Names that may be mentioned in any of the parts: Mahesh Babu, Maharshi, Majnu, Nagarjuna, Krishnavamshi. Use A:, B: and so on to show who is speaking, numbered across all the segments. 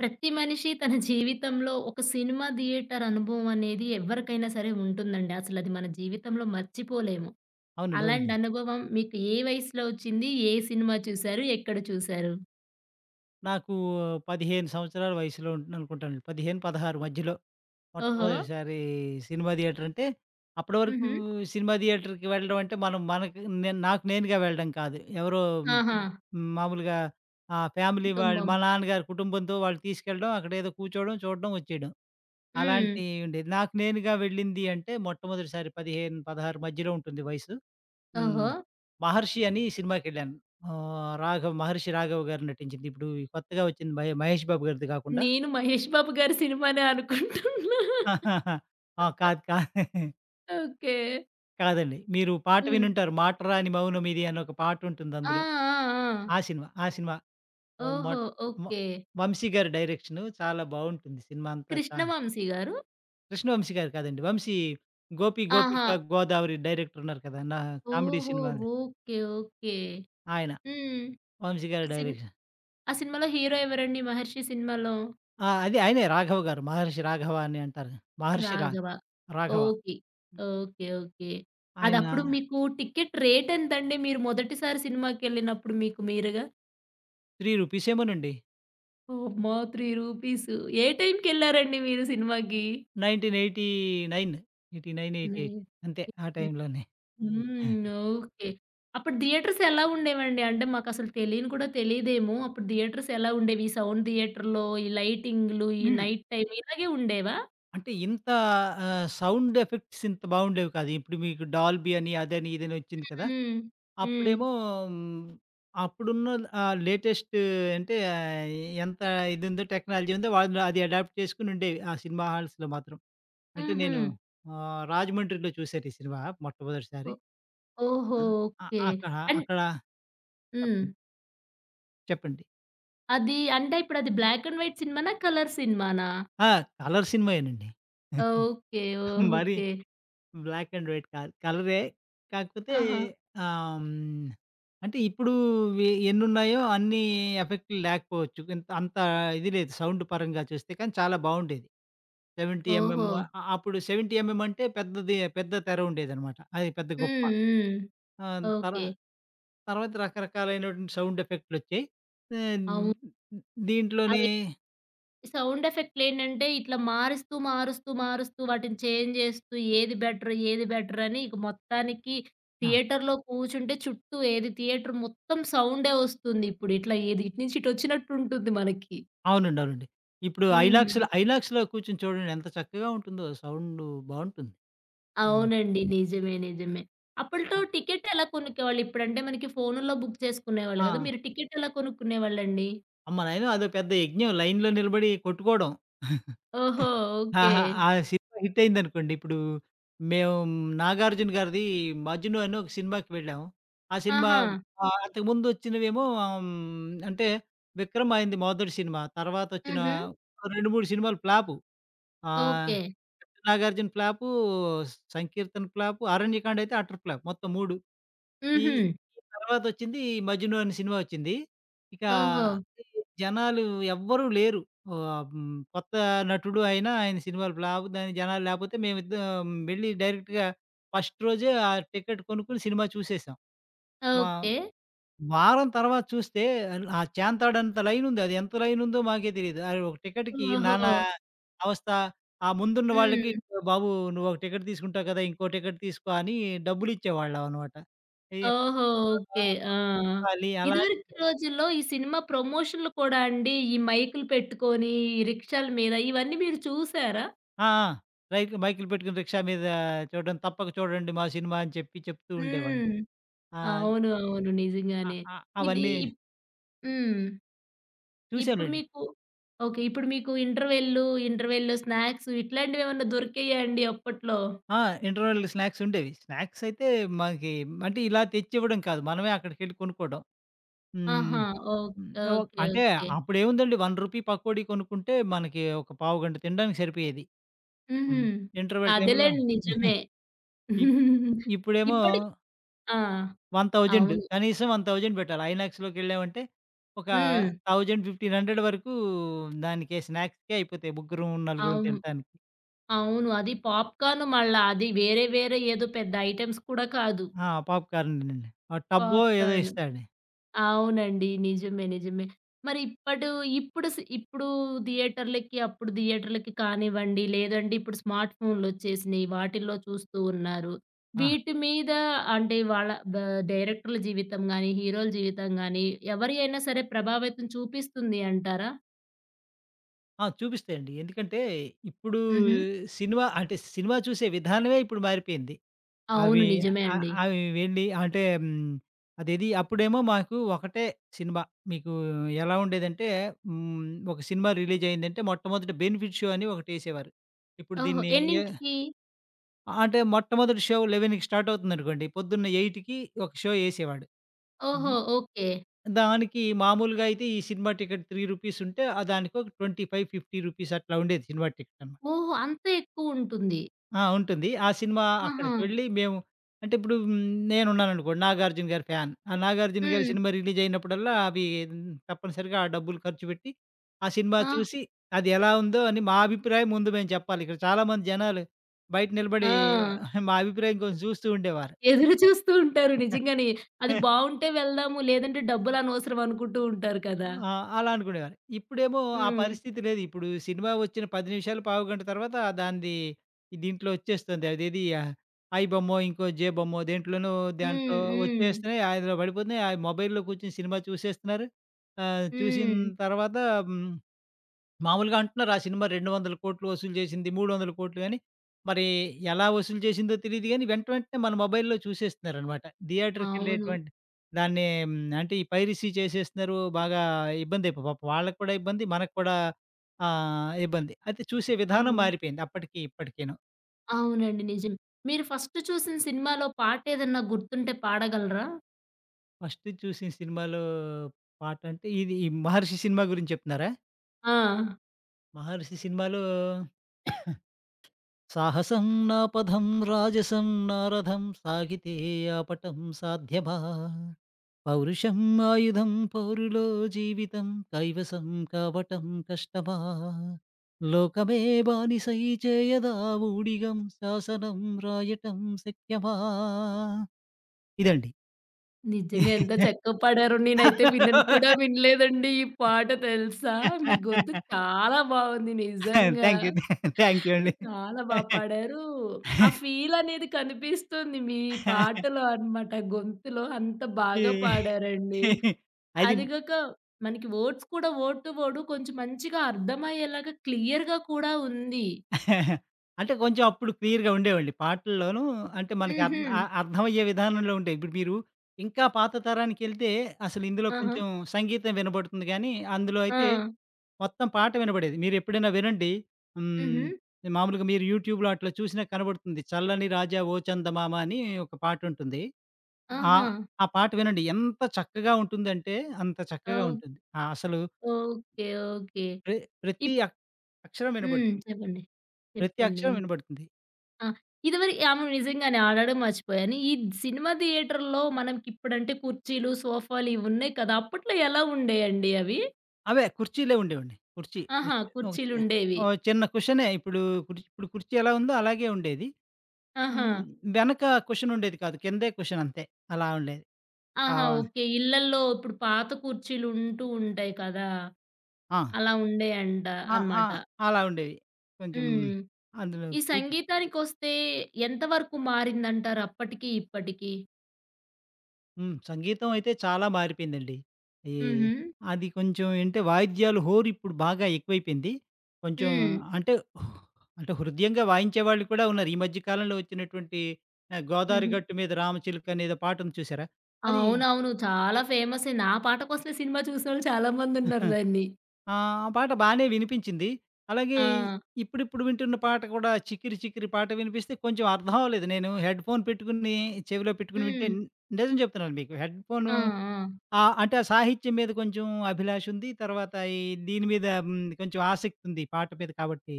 A: ప్రతి మనిషి తన జీవితంలో ఒక సినిమా థియేటర్ అనుభవం అనేది ఎవరికైనా సరే ఉంటుందండి. అసలది మన జీవితంలో మర్చిపోలేము.
B: అవునండి.
A: అలాంటి
B: అవునండి.
A: అనుభవం మీకు ఏ వయసులో వచ్చింది? ఏ సినిమా చూసారు? ఎక్కడ చూసారు?
B: నాకు 15 సంవత్సరాల వయసులో ఉంటుందనుకుంటానండి. 15, 16 మధ్యలో
A: ఓహో!
B: మొట్టమొదటిసారి సినిమా థియేటర్ అంటే, అప్పటి వరకు
A: హుహు.
B: సినిమా థియేటర్‌కి వెళ్ళడం అంటే, మనం మనకి నేను నాకు నేనుగా వెళ్ళడం కాదు. ఎవరో
A: ఆహా!
B: మ్, మామూలుగా ఫ్యామిలీ వాళ్ళు
A: 'కుటుంబం.'
B: మా నాన్నగారు కుటుంబంతో వాళ్ళు తీసుకెళ్ళడం, అక్కడేదో కూర్చోవడం, చూడడం, వచ్చేయడం.
A: హ్మ్.
B: అలాంటియి ఉండేది. నాకు నేనుగా వెళ్ళింది అంటే, మొట్టమొదటిసారి 15, 16 మధ్యలో ఉంటుంది వయసు. హ్మ్.
A: ఓహో!
B: 'మహర్షి' అని సినిమాకెళ్ళాను. రాఘవ్ 'మహర్షి రాఘవ్' గారు నటించింది. ఇప్పుడు ఈ కొత్తగా వచ్చింది 'మహేష్ బాబు' గారిది కాకుండా
A: నేను 'మహేష్ బాబు' గారి సినిమానే అనుకుంటున్నా.
B: ఆహాహా! ఆ! కాదు.
A: ఓకే.
B: కాదండి. మీరు పాట
A: హ్మ్.
B: వినుంటారు. 'మాటరాని మౌనమిది' అని ఒక పాటుంటుంది
A: ఆ!
B: అందులో.
A: ఆ! ఆ!
B: ఆ సినిమా. ఆ సినిమా. హ్మ్.
A: ఓహో!
B: మొట్ మొ
A: ఓకే.
B: 'వంశీ' గారి డైరెక్షను చాలా బావుంటుంది సినిమా అంతా.
A: 'కృష్ణవంశి' గారు?
B: కృష్ణవంశీ గారు కాదండి. వంశీ 'గోపి
A: ఆహా!
B: గోదావరి' డైరెక్టర్ ఉన్నారు కదా! కామెడీ
A: ఓహో!
B: సినిమాలు
A: ఓకే. ఓకే.
B: ఆయన.
A: హ్మ్.
B: వంశీ
A: ఆ
B: గారి
A: సిన్
B: డైరెక్షన్.
A: ఆ సినిమాలో హీరో ఎవరండి 'మహర్షి' సినిమాలో?
B: ఆ! అదే ఆయనే రాఘవ గారు. మహర్షి రాఘవ అని అంటారు. మహర్షి రా
A: Raghava.
B: Raghava.
A: Okay. Okay. Okay.
B: ఆయన
A: అదప్పుడు మీకు టికెట్ రేట్ ఎంతండి? మీరు మొదటిసారి సినిమాకెళ్ళినప్పుడు మీకు మీరుగా?
B: రూ. 3 ఏమోనండి.
A: అమ్మా! రూ. 3. ఏ టైంకెళ్లారండి మీరు సినిమాకి?
B: 1989 88
A: నైన్
B: అంతే ఆ
A: ఫిఫ్టీన్.
B: టైంలోనే.
A: హ్మ్. ఓకే. అప్పుడు థియేటర్స్ ఎలా ఉండేవండి? అంటే మాకసలు తెలియని కూడా తెలీదేమో. అప్పుడు థియేటర్స్ ఎలా ఉండేవి? ఈ సౌండ్ థియేటర్‌లో ఈ లైటింగ్‌లు, ఈ
B: హ్మ్.
A: నైట్ టైమ్ ఇలాగే ఉండేవా?
B: అంటే ఇంత సౌండ్ ఎఫెక్ట్స్ ఇంత బాగుండేవి కాదు. ఇప్పుడు మీకు డాల్బీ అని, అదని, ఇదని వచ్చింది కదా!
A: హ్మ్. హ్మ్.
B: అప్పుడేమో హ్మ్, అప్పుడున్న లేటెస్ట్ అంటే ఎంత ఇది ఉందో టెక్నాలజీ ఉందో వాళ్ళు అది అడాప్ట్ చేసుకొని ఉండేవి ఆ సినిమా హాల్స్‌లో మాత్రం. అంటే
A: హుహు.
B: నేను రాజమండ్రిలో చూశాను ఈ సినిమా మొట్టమొదటిసారి.
A: ఓహ్! ఓహో!
B: ఆ!
A: ఓకే.
B: అక్కడ
A: అండ్
B: అక్కడ
A: హ్మ్.
B: చెప్పండి. చెప్పండి.
A: అది అంటే ఇప్పుడది బ్లాక్ అండ్ వైట్ సినిమానా? కలర్ సినిమానా?
B: ఆ! కలర్ సినిమాయేనండి.
A: ఓకే.
B: మరి
A: ఓకే.
B: బ్లాక్ అండ్ వైట్ కాదు. కలరే కాకపోతే
A: ఆహా!
B: ఆహ్, హ్మ్, అంటే ఇప్పుడు ఎన్నున్నాయో అన్ని ఎఫెక్ట్‌లు లేకపోవచ్చు. ఇంత అంత ఇది లేదు సౌండ్ పరంగా చూస్తే కానీ చాలా బావుండేది. 70 ఎంఎం
A: ఓహో!
B: అ అప్పుడు 70 ఎంఎం అంటే పెద్దది పెద్ద తెర ఉండేదనమాట. అది పెద్ద గొప్ప.
A: హ్మ్. హ్మ్.
B: ఆ! తర
A: ఓకే.
B: తర్వాత రకరకాలైనటువంటి సౌండ్ ఎఫెక్ట్‌లొచ్చాయి. ఆహ్,
A: అవును.
B: దీంట్లోనే
A: అవి సౌండ్ ఎఫెక్ట్‌లేంటంటే ఇట్లా మారుస్తూ, మారుస్తూ, మారుస్తూ వాటిని చేంజ్ చేస్తూ ఏది బెటర్, ఏది బెటర్ అని ఇక మొత్తానికి
B: ఆ!
A: థియేటర్‌లో కూర్చుంటే చుట్టూ ఏది థియేటర్ మొత్తం సౌండే వస్తుంది ఇప్పుడు. ఇట్లా ఏది ఇటు నుంచి ఇటొచ్చినట్టుంటుంది మనకి.
B: అవునండి. అవునండి. ఇప్పుడు
A: హ్మ్.
B: ఐలాక్స్‌లో ఐలాక్స్‌లో కూర్చొని చూడండి ఎంత చక్కగా ఉంటుందో సౌండు బావుంటుంది. హ్మ్.
A: అవునండి. నిజమే. నిజమే. అప్పట్లో టికెట్ ఎలా కొనుక్కేవాళ్ళు? ఇప్పుడంటే మనకి ఫోనుల్లో బుక్ చేసుకునేవాళ్ళు
B: ఆ!
A: గదా! మీరు టికెట్ ఎలా కొనుక్కునేవాళ్ళండి?
B: అమ్మ నాయనో! అదో పెద్ద యజ్ఞం లైన్‌లో నిలబడి కొట్టుకోవడం.
A: ఓహో! ఓకే.
B: ఆహా! ఆ సినిమా హిట్ అయిందనుకోండి. ఇప్పుడు మేము 'నాగార్జున' గారిది 'మజ్ను' అని ఒక సినిమాకి వెళ్ళాము. ఆ సినిమా
A: ఆహా!
B: అంతకుముందు వచ్చినవేమో అంటే 'విక్రమ్' ఆయనది మొదటి సినిమా. తర్వాత వచ్చిన
A: హుహు.
B: 2, 3 సినిమాలు ఫ్లాపు. ఆహ్,
A: okay.
B: 'Nagarjuna' flop, 'Sankeertana' flop, 'Aranyakanda' అయితే అటర్ ఫ్లాప్ మొత్తం 3. ఈ
A: హుహు.
B: ఈ తర్వాతొచ్చింది 'మజ్ను' అనే సినిమా ఒచ్చింది. ఇక
A: ఓహో!
B: ఈ జనాలు ఎవ్వరూ లేరు. కొత్త నటుడు అయినా ఆయన సినిమాలు ఫ్లాప్ దానికి జనాలు లేపోతే మేమిద్దరం వెళ్లి డైరెక్ట్‌గా ఫస్ట్ రోజే ఆ టికెట్ కొనుక్కొని సినిమా చూసేసాం. మా
A: ఓకే.
B: వారం తర్వాత చూస్తే ఆ చేంతాడంత లైనుంది. అది ఎంత లైనుందో మాకే తెలీదు. అది ఒక టికెట్‌కి
A: ఓహో!
B: నానా అవస్థ. ఆ ముందున్న వాళ్ళకి
A: హ్మ్.
B: "బాబు నువ్వొక టికెట్ తీసుకుంటావు కదా! ఇంకో టికెట్ తీసుకో" అని డబ్బులిచ్చేవాళ్ళమనమాట. ఈ
A: ఓహో! ఓకే. ఆ!
B: అలా అలా
A: ఇదివరకు రోజుల్లో ఈ సినిమా ప్రమోషన్‌లు కూడా అండి ఈ మైకులు పెట్టుకొని, ఈ రిక్షాల మీద ఇవన్నీ మీరు చూసారా?
B: ఆ! ఆ! రైక్ మైకులు పెట్టుకొని రిక్షా మీద చూడడం, తప్పక చూడండి మా సినిమా అని చెప్పి చెప్తూ ఉండేవాళ్ళు.
A: హ్మ్.
B: ఆహ్,
A: అవును. అవును.
B: అ
A: నిజంగానే.
B: అ
A: ఇది
B: అవన్నీ
A: ఇప్ హ్మ్. ఇప్పుడు
B: చూసానండి.
A: మీకు ఓకే. ఇప్పుడు మీకు ఇంటర్వెల్‌లు, ఇంటర్వెల్‌లో స్నాక్స్ ఇట్లాంటివేమన్నా దొరికేయా అండి అప్పట్లో?
B: ఆ! ఇంటర్వల్‌లో స్నాక్స్ ఉండేవి. స్నాక్స్ అయితే మాకి అంటే ఇలా తెచ్చివ్వడం కాదు. మనమే అక్కడికెళ్ళి కొనుక్కోవడం. హ్మ్.
A: ఆహా!
B: హ్మ్.
A: ఓకే.
B: ఓహ్!
A: ఓకే.
B: అంటే
A: ఓకే.
B: అప్పుడేముందండి రూ. 1 పకోడీ కొనుక్కుంటే మనకి ఒక పావుగంట తినడానికి సరిపోయేది.
A: హుహు.
B: హ్మ్. ఇంటర్వల్ టైమ్‌లో
A: అదేలెండి.
B: ఇప్
A: నిజమే.
B: ఇప్పుడేమో
A: ఇప్పటి ఆ!
B: 1,000
A: అవును.
B: కనీసం 1,000 పెట్టాలి. ఐనాక్స్‌లోకెళ్ళామంటే ఒక
A: హ్మ్.
B: 1,000, 1,500 వరకు దానికే స్నాక్స్‌కే అయిపోతాయి. ముగ్గురం, నలుగురం
A: అవును.
B: తినటానికి.
A: అవును. అది పాప్‌కార్న్ మళ్ళా అది వేరే వేరే ఏదో పెద్ద ఐటెమ్స్ కూడా కాదు.
B: ఆ! పాప్‌కార్న్‌నండి. ఆ టబ్బో ఏదో
A: పాప్‌కార్న్.
B: ఇస్తాడు.
A: అవునండి. నిజమే. నిజమే. మరి ఇప్పడు ఇప్పుడు థియేటర్‌లకి, అప్పుడు థియేటర్‌లకి కానివ్వండి, లేదంటే ఇప్పుడు స్మార్ట్ ఫోన్‌లొచ్చేసినియి. వాటిల్లో చూస్తూ ఉన్నారు.
B: ఆ!
A: వీటి మీద అంటే వాళ్ళ బ డైరెక్టర్ల జీవితం గాని, హీరోల జీవితం గాని ఎవరి అయినా సరే ప్రభావితం చూపిస్తుంది అంటారా?
B: ఆ! చూపిస్తాయండి. ఎందుకంటే ఇప్పుడు
A: హుహు.
B: సినిమా అంటే సినిమా చూసే విధానమే ఇప్పుడు మారిపోయింది.
A: అవును.
B: అవి
A: నిజమే అండి.
B: అవి వెళ్ళి అంటే హ్మ్. అదేది అప్పుడేమో మాకు ఒకటే సినిమా. మీకు ఎలా ఉండేదంటే హ్మ్. ఒక సినిమా రిలీజ్ అయిందంటే మొట్టమొదట 'బెనిఫిట్ షో' అని ఒకటేసేవారు. ఇప్పుడు
A: ఓహో!
B: దీన్ని ఏ
A: ఎన్నింటికి?
B: అంటే మొట్టమొదటి షో 11కి స్టార్ట్ అవుతుందనుకోండి. పొద్దున్న 8కి ఒక షో ఏసేవాడు.
A: ఓహో!
B: హ్మ్.
A: ఓకే.
B: దానికి మామూలుగా అయితే ఈ సినిమా టికెట్ రూ. 3 ఉంటే దానికొక 25, రూ. 50 అట్లా ఉండేది సినిమా టికెట్ అన్నమాట.
A: ఓహో! అంత ఎక్కువుంటుంది.
B: ఆ! ఉంటుంది. ఆ సినిమా
A: ఆహా!
B: అక్కడికి వెళ్ళి మేము అంటే ఇప్పుడు నేనున్నాననుకోండి 'నాగార్జున' గారి ఫ్యాన్. ఆ 'నాగార్జున' గారి
A: హ్మ్.
B: సినిమా రిలీజ్ అయినప్పుడల్లా అవి తప్పనిసరిగా ఆ డబ్బులు ఖర్చు పెట్టి, ఆ సినిమా
A: ఆ!
B: చూసి అది ఎలా ఉందో అని మా అభిప్రాయం ముందు మేము చెప్పాలి. ఇక్కడ చాలామంది జనాలు బయట నిలబడి
A: ఆ!
B: మా అభిప్రాయం కోసం చూస్తూ ఉండేవారు.
A: ఎదురు చూస్తూ ఉంటారు నిజంగానే. అది బావుంటే వెళ్దాము, లేదంటే డబ్బులనవసరం అనుకుంటూ ఉంటారు కదా!
B: ఆ! అలా అనుకునేవారు. ఇప్పుడేమో ఆ
A: హ్మ్.
B: పరిస్థితి లేదు. ఇప్పుడు సినిమా వచ్చిన 10 నిమిషాలు, పావుగంట తర్వాత దానిది దీంట్లో వచ్చేస్తుంది. అదేది ఐ బొమ్మో, ఇంకో జె బొమ్మో
A: హ్మ్.
B: దాంట్లో
A: హ్మ్.
B: వచ్చేస్తున్నాయి. అందులో పడిపోతున్నాయి. ఆ మొబైల్‌లో కూర్చొని సినిమా చూసేస్తున్నారు. చూసిన
A: హ్మ్.
B: తర్వాత హ్మ్. మామూలుగా అంటున్నారు ఆ సినిమా 200,00,00,000 వసూలు చేసింది, 300,00,00,000 అని. మరి ఎలా వసూలు చేసిందో తెలీదు గానీ, వెంట వెంటనే మన మొబైల్‌లో చూసేస్తున్నారనమాట.
A: అవును.
B: థియేటర్‌కెళ్ళేటువంటి దాన్ని హ్మ్, అంటే ఈ పైరసీ చేసేస్తున్నారు. బాగా ఇబ్బందయిపో పాపం వాళ్ళకి కూడా ఇబ్బంది. మనకు కూడా ఇబ్బంది. అయితే చూసే విధానం
A: అవును.
B: మారిపోయింది అప్పటికి, ఇప్పటికీను.
A: అవునండి. నిజమే. మీరు ఫస్ట్ చూసిన సినిమాలో పాటేదన్నా గుర్తుంటే పాడగలరా?
B: ఫస్ట్ చూసిన సినిమాలో పాటంటే ఇది ఈ 'మహర్షి' సినిమా గురించి చెప్తున్నారా?
A: ఆ!
B: 'మహర్షి' సినిమాలో సాహసం నా పథం రాజసం నా రథం సాగితే ఆపటం సాధ్యమా పౌరుషం ఆయుధం పౌరులో జీవితం కైవసం కావటం కష్టమా లోకమే బానిసై చేయదా ఊడిగం శాసనం రాయటం శక్యమా ఇదండి
A: నిజంగా ఎంత చక్కగా పాడారో. నేనైతే వినను కూడా వినలేదండి ఈ పాట తెలుసా? మీ గొంతు చాలా బావుంది నిజంగా.
B: థ్యాంక్ యూ థ్యాంక్ యూ అండి
A: చాలా బా పాడారు. ఆ ఫీల్ అనేది కనిపిస్తుంది మీ పాటలో అన్నమాట. గొంతులో అంత బాగా
B: ఈ-
A: పాడారండి.
B: అది
A: అది గాక మనకి వర్డ్స్ కూడా వర్డ్ టు వర్డ్ కొంచెం మంచిగా అర్థమయ్యేలాగా క్లియర్‌గా కూడా ఉంది.
B: అంటే కొంచెం అప్పుడు క్లియర్‌గా ఉండేవండి. పాటల్లోనూ అంటే మనకి
A: హుహు.
B: అర్థమయ్యే విధానంలో ఉండేవి. ఇప్పుడు మీరు ఇంకా పాత తరానికెళ్తే అసలు ఇందులో
A: ఆహా!
B: కొంచెం సంగీతం వినబడుతుంది గానీ, అందులో
A: ఆ!
B: అయితే మొత్తం పాట వినబడేది. మీరెప్పుడైనా వినండి. హ్మ్.
A: హుహు.
B: మామూలుగా మీరు యూట్యూబ్‌లో అట్లా చూసినా కనబడుతుంది. 'చల్లని రాజా ఓ చందమామ' అని ఒక పాటుంటుంది. ఆ
A: ఆహా!
B: ఆ పాట వినండి. ఎంత చక్కగా ఉంటుందంటే అంత చక్కగా
A: ఓహ్!
B: ఉంటుంది. ఆ! అసలు
A: ఓకే. ఓకే.
B: ప్ర ప్రతి అ అక్షరం
A: హ్మ్.
B: వినబడుతుంది.
A: చెప్పండి.
B: ప్రతి
A: చెప్పండి.
B: అక్షరం వినబడుతుంది.
A: ఆ! ఇదివరి అవును. నిజంగానే అడగడం మర్చిపోయాను. ఈ సినిమా థియేటర్‌లో మనకిప్పుడంటే కుర్చీలు, సోఫాలు ఇవున్నాయి కదా! అప్పట్లో ఎలా ఉండేయండి అవి?
B: అవే కుర్చీలే ఉండేవండి. కుర్చీ.
A: ఆహా! కుర్చీలుండేవి.
B: ఒక చిన్న కుషనే ఇప్పుడు ఇప్పుడు కుర్చీ ఎలా ఉందో అలాగే ఉండేది.
A: ఆహా!
B: హ్మ్. వెనక కుషన్ ఉండేది కాదు. కిందే కుషన్ అంతే. అలా ఉండేది. ఆ!
A: ఆహా! ఓకే. ఇళ్ళల్లో ఇప్పుడు పాత కుర్చీలుంటూ ఉంటాయి కదా!
B: ఆ!
A: అలా ఉండేయంట
B: ఆ! ఆ!
A: అనమాట.
B: అలా ఉండేవి. కొంచెం
A: హ్మ్.
B: అందులో
A: ఈ
B: కూర్చ్
A: సంగీతానికొస్తే ఎంత వరకు మారిందంటారు అప్పటికి, ఇప్పటికి?
B: హ్మ్. సంగీతం అయితే చాలా మారిపోయిందండి. ఈ
A: హుహు.
B: అది కొంచెం ఏంటే వాయిద్యాలు హోరు ఇప్పుడు బాగా ఎక్కువైపోయింది. కొంచెం
A: హ్మ్.
B: అంటే, అంటే హృద్యంగా వాయించేవాళ్ళు కూడా ఉన్నారు. ఈ మధ్య కాలంలో వచ్చినటువంటి 'గోదావరి
A: హుహు.
B: గట్టు మీద రామచిలుక' అనేదో పాట ఉంది చూసారా? అది
A: అవునవును. చాలా ఫేమసే. నా పాట కోసమే సినిమా చూసినోళ్ళు చాలా మందున్నారు దాన్ని.
B: ఆ! ఆ పాట బానే వినిపించింది. అలాగే
A: ఆ!
B: ఇప్పుడిప్పుడు వింటున్న పాట కూడా 'చికిరి చికిరి' పాట వినిపిస్తే కొంచెం అర్థం అవ్వలేదు. నేను హెడ్‌ఫోన్ పెట్టుకొని చెవిలో పెట్టుకొని వింటే
A: హ్మ్.
B: నిజం చెప్తున్నాను మీకు. హెడ్‌ఫోను
A: ఆ! ఆ!
B: ఆ! అంటే ఆ సాహిత్యం మీద కొంచెం అభిలాష ఉంది. తర్వాత ఈ దీని మీద హ్మ్, కొంచెం ఆసక్తి ఉంది ఈ పాట మీద కాబట్టి.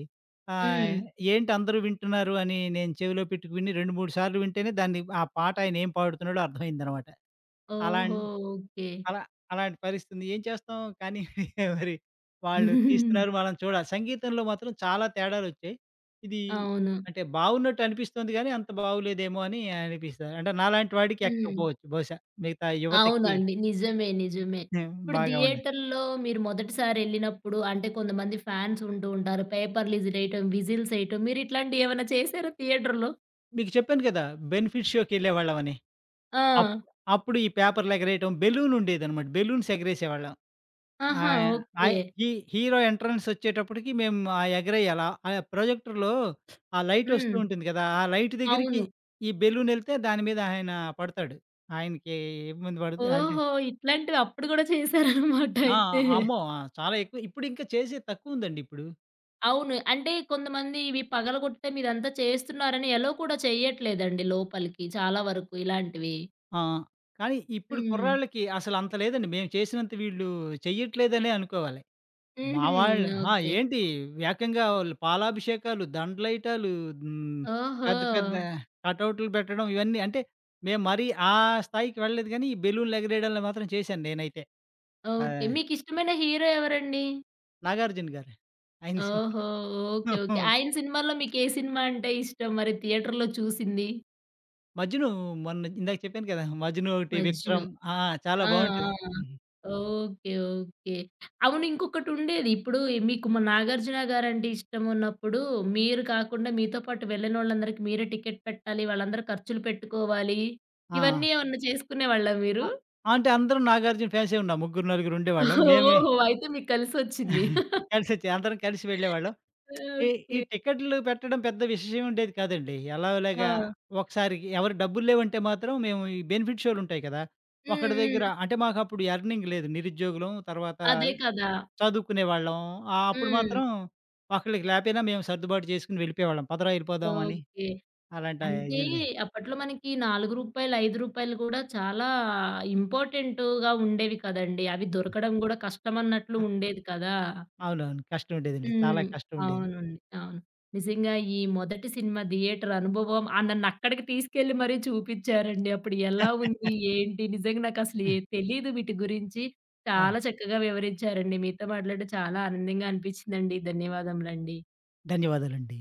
B: ఆహ్,
A: హ్మ్.
B: ఏంటి అందరూ వింటున్నారు అని నేను చెవిలో పెట్టుకు విని 2, 3 సార్లు వింటేనే దాన్ని ఆ పాట ఆయన ఏం పాడుతున్నాడో అర్థమైందనమాట. అలాన్
A: ఓహో! ఓకే.
B: అలా అలా అలాంటి పరిస్థితుంది. ఏం చేస్తాం కానీ మరి వాళ్ళు తీస్తున్నారు మనం చూడాలి. సంగీతంలో మాత్రం చాలా తేడాలొచ్చాయి. ఇది
A: అవును.
B: అంటే బావున్నట్టు అనిపిస్తుంది గానీ అంత బావులేదేమో అని అనిపిస్తది. అంటే నాలాంటి వాడికి
A: హ్మ్.
B: ఎక్కకపోవచ్చు బహుశా. మిగతా యువతకి
A: అవునండి. నిజమే. నిజమే. ఇప్పుడు
B: బాగా ఉండాలి.
A: థియేటర్‌లో మీరు మొదటిసారెళ్ళినప్పుడు అంటే కొంతమంది ఫ్యాన్స్ ఉంటూ ఉంటారు. పేపర్ లీజులేయటం, విజిల్సేయటం మీరిట్లాంటియేవన్నా చేసారా థియేటర్‌లో?
B: మీకు చెప్పాను కదా! బెనిఫిట్ షోకి ఎళ్ళేవాళ్ళమని. అప్
A: ఆ!
B: అప్పుడు ఈ పేపర్‌లు ఎగరేయటం, బెలూన్ ఉండేదనమాట. బెలూన్స్ ఎగరేసేవాళ్ళం.
A: ఆహా!
B: ఆహ్,
A: ఓకే.
B: ఆహ్, హీ హీరో ఎంట్రన్స్ వచ్చేటప్పటికి మేము ఎగరేయాల. ఆ ప్రొజెక్టర్‌లో ఆ లైట్ వస్తూ
A: హ్మ్.
B: ఉంటుంది కదా! ఆ లైట్ దగ్గరికి
A: అవును.
B: ఈ బెలూన్ ఎళ్తే దాని మీద ఆయన పడతాడు. ఆయనకి ఇబ్బంది పడదు అంటే
A: ఓహో! ఇట్లాంటివి అప్పుడు గూడా చేశారనమాట
B: ఆ!
A: అయితే.
B: అమ్మో! ఆ! చాలా ఎక్కువ. ఇప్పుడు ఇంకా చేసేది తక్కువుందండి ఇప్పుడు.
A: అవును. అంటే కొంతమంది ఇవి పగలగొడితే మీరంతా చేస్తున్నారని ఎలో కూడా చెయ్యట్లేదండి లోపలికి చాలా వరకు ఇలాంటివి.
B: ఆ! కానీ ఇప్పుడు
A: హ్మ్.
B: కుర్రాళ్ళకి అసలంత లేదండి. మేము చేసినంత వీళ్ళు చెయ్యట్లేదనే అనుకోవాలి. మా
A: హుహు.
B: వాళ్ళు ఆ!
A: ఓకే.
B: ఏంటి ఏకంగా వాళ్ళు పాలాభిషేకాలు, దండలేయటాలు హ్మ్.
A: ఓహో!
B: పెద్ద పెద్ద కటౌట్లు పెట్టడం ఇవన్నీ అంటే మేము మరీ ఆ స్థాయికి వెళ్ళలేదు గానీ, ఈ బెలూన్లు ఎగరేయడాలు మాత్రం చేశాను నేనైతే.
A: ఓకే.
B: ఆహ్,
A: మీకిష్టమైన హీరో ఎవరండి?
B: నాగార్జున గారు. ఆయన సినిమా
A: ఓహో! ఓకే. ఓకే. ఆయన సినిమాల్లో మీకే సినిమా అంటే ఇష్టం మరి థియేటర్‌లో చూసింది?
B: 'మజ్ను' మొన్న ఇందాక చెప్పాను కదా! 'మజ్ను' ఒకటి
A: 'మజ్ను.'
B: 'విక్రమ్' ఆ! చాలా
A: ఆ! ఆ!
B: బావుంటది. హ్మ్.
A: ఓకే. ఓకే. అవును ఇంకొకటుండేది. ఇప్పుడు మీకు మ 'నాగార్జున' గారంటే ఇష్టమున్నప్పుడు, మీరు కాకుండా మీతో పాటు వెళ్ళినోళ్ళందరికి మీరే టికెట్ పెట్టాలి. వాళ్ళందరూ ఖర్చులు పెట్టుకోవాలి.
B: ఆ!
A: ఇవన్నీ ఏమన్నా చేసుకునేవాళ్ళా మీరు?
B: ఆ! అంటే అందరం నాగార్జున ఫ్యాన్సే ఉన్నాం. ముగ్గురు, నలుగురు ఉండేవాళ్ళం. మేమే
A: ఓహో! అయితే మీకు కలిసొచ్చింది.
B: కలిసొచ్చి అందరం కలిసి వెళ్ళేవాళ్ళం. ఈ ఈ
A: ఓకే.
B: టికెట్లు పెట్టడం పెద్ద విషయం ఉండేది కాదండి.
A: ఆ!
B: ఎలాగోలాగా ఒకసారికి ఎవరి డబ్బులు లేవంటే మాత్రం మేము ఈ బెనిఫిట్ షోలు ఉంటాయి కదా!
A: హ్మ్.
B: ఒకడి దగ్గర
A: హ్మ్.
B: అంటే మాకప్పుడు ఎర్నింగ్ లేదు. నిరుద్యోగులం, తర్వాత
A: అదే కదా!
B: చదువుకునేవాళ్ళం. అప్పుడు
A: హ్మ్.
B: మాత్రం ఒకళ్ళకి లేపోయినా మేము సర్దుబాటు చేసుకొని వెళ్ళిపోయేవాళ్ళం. పదరా వెళ్ళిపోదాం అని
A: ఓకే.
B: అలాంటి
A: అంటే
B: ఇదేం లే
A: అప్పట్లో మనకి రూ. 4, రూ. 5 కూడా చాలా ఇంపార్టెంట్‌గా ఉండేవి కదండీ! అవి దొరకడం కూడా కష్టమన్నట్లు
B: ఆ!
A: ఉండేది కదా!
B: అవునవును. కష్టం ఉండేదండి. చాలా
A: హ్మ్.
B: కష్టం ఉండేది.
A: అవునండి. అవును. నిజంగా ఈ మొదటి సినిమా థియేటర్ అనుభవం నన్నక్కడికి తీసుకెళ్ళి మరీ చూపిచ్చారండి. అప్పుడు ఎలా ఉంది? ఏంటి? నిజంగా నాకసలు
B: ఆ!
A: ఏ తెలీదు వీటి గురించి.
B: అవును.
A: చాలా చక్కగా వివరించారండి. మీతో మాట్లాడడం చాలా ఆనందంగా అనిపించిందండి. ధన్యవాదములండి.
B: ధన్యవాదాలండి.